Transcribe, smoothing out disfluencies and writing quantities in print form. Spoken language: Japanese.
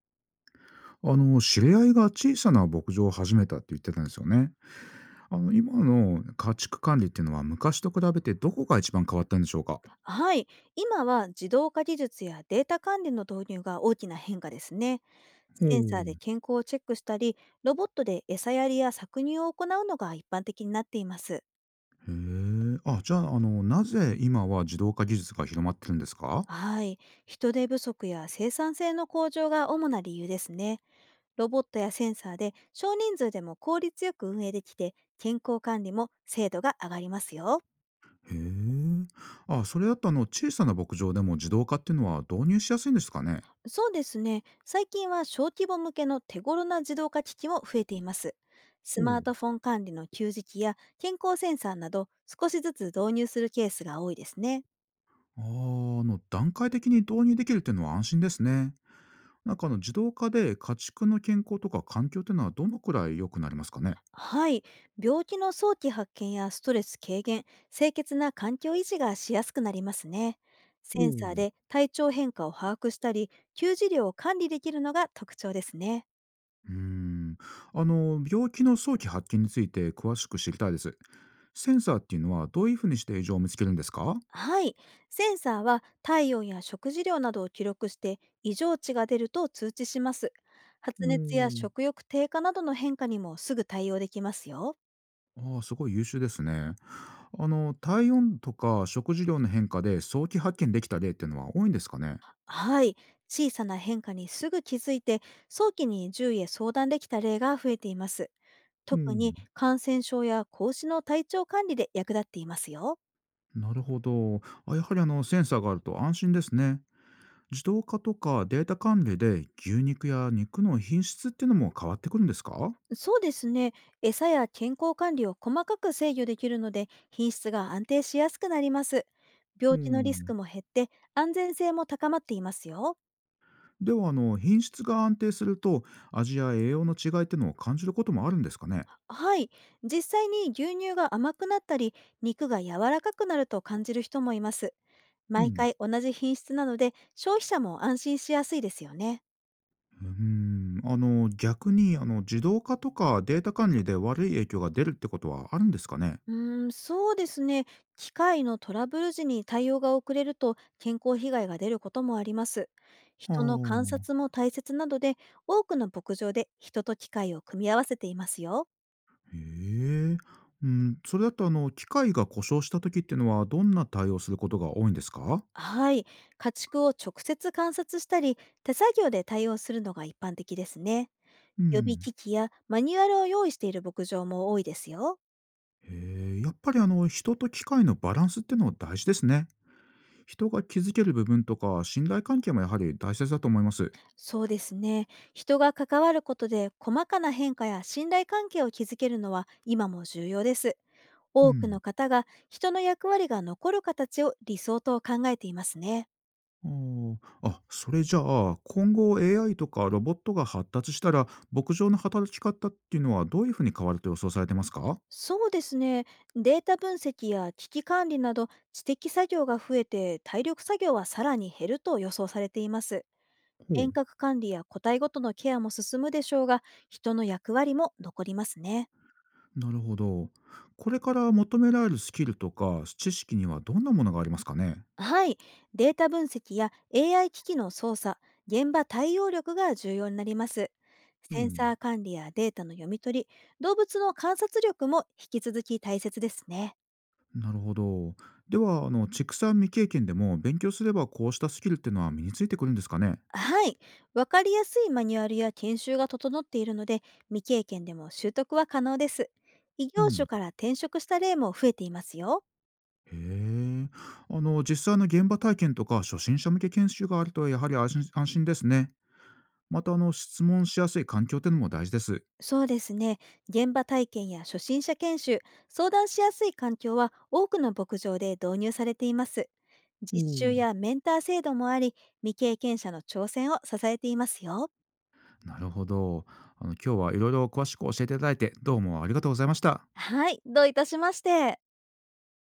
知り合いが小さな牧場を始めたって言ってたんですよね。今の家畜管理っていうのは昔と比べてどこが一番変わったんでしょうか？はい、今は自動化技術やデータ関連の導入が大きな変化ですね。ほセンサーでう。健康をチェックしたり、ロボットで餌やりや搾乳を行うのが一般的になっています。へえ。あ、じゃあ、なぜ今は自動化技術が広まってるんですか？はい、人手不足や生産性の向上が主な理由ですね。ロボットやセンサーで少人数でも効率よく運営できて、健康管理も精度が上がりますよ。へえ。あ、それだと小さな牧場でも自動化っていうのは導入しやすいんですかね？そうですね。最近は小規模向けの手頃な自動化機器も増えています。ほスマーう。トフォン管理の給食や健康センサーなど少しずつ導入するケースが多いですね。段階的に導入できるっていうのは安心ですね。なんか自動化で家畜の健康とか環境っていうのはどのくらい良くなりますかね？はい。病気の早期発見やストレス軽減、清潔な環境維持がしやすくなりますね。センサーう。で体調変化を把握したり、給餌量を管理できるのが特徴ですね。うーん。病気の早期発見について詳しく知りたいです。センサーっていうのはどういうふうにして異常を見つけるんですか？はい。センサーは体温や食事量などを記録して異常値が出ると通知します。う発熱やん。食欲低下などの変化にもすぐ対応できますよ。ああ、すごい優秀ですね。体温とか食事量の変化で早期発見できた例っていうのは多いんですかね？はい。小さな変化にすぐ気づいて早期に獣医へ相談できた例が増えています。う特にん。感染症や格子の体調管理で役立っていますよ。なるほど。あ、やはりあのセンサーがあると安心ですね。自動化とかデータ管理で牛肉や肉の品質っていうのも変わってくるんですか？そうですね。餌や健康管理を細かく制御できるので、品質が安定しやすくなります。う病気のリスクん。も減って、安全性も高まっていますよ。では品質が安定すると、味や栄養の違いってのを感じることもあるんですかね？はい。実際に牛乳が甘くなったり、肉が柔らかくなると感じる人もいます。う毎ん、回同じ品質なので、消費者も安心しやすいですよね。うん、逆に自動化とかデータ管理で悪い影響が出るってことはあるんですかね？うーん、そうですね。機械のトラブル時に対応が遅れると健康被害が出ることもあります。は人の観あ。察も大切なので、多くの牧場で人と機械を組み合わせていますよ。へえ、うん、それだと機械が故障した時ってのはどんな対応することが多いんですか？はい。家畜を直接観察したり、手作業で対応するのが一般的ですね。う予備ん。機器やマニュアルを用意している牧場も多いですよ。へえ、やっぱり人と機械のバランスってのは大事ですね。人が気づける部分とか信頼関係もやはり大切だと思います。そうですね。人が関わることで細かな変化や信頼関係を築けるのは今も重要です。う多くのん。方が人の役割が残る形を理想と考えていますね。あそれじゃあ、今後 AI とかロボットが発達したら、牧場の働き方っていうのはどういうふうに変わると予想されてますか？そうですね。データ分析や危機管理など知的作業が増えて体力作業はさらに減ると予想されています。ほう。遠隔管理や個体ごとのケアも進むでしょうが、人の役割も残りますね。なるほど。これから求められるスキルとか知識にはどんなものがありますかね？はい、データ分析や AI 機器の操作、現場対応力が重要になります。うセンサん。ー管理やデータの読み取り、動物の観察力も引き続き大切ですね。なるほど。では、畜産未経験でも勉強すればこうしたスキルっていうのは身についてくるんですかね？はい、わかりやすいマニュアルや研修が整っているので、未経験でも習得は可能です。異う業種ん。から転職した例も増えていますよ。へえ。実際の現場体験とか初心者向け研修があるとやはり安心安心ですね。また質問しやすい環境っていうのも大事です。そうですね。現場体験や初心者研修、相談しやすい環境は多くの牧場で導入されています。おお実習ー。やメンター制度もあり、未経験者の挑戦を支えていますよ。なるほど。今日はいろいろ詳しく教えていただいてどうもありがとうございました。はい、どういたしまして。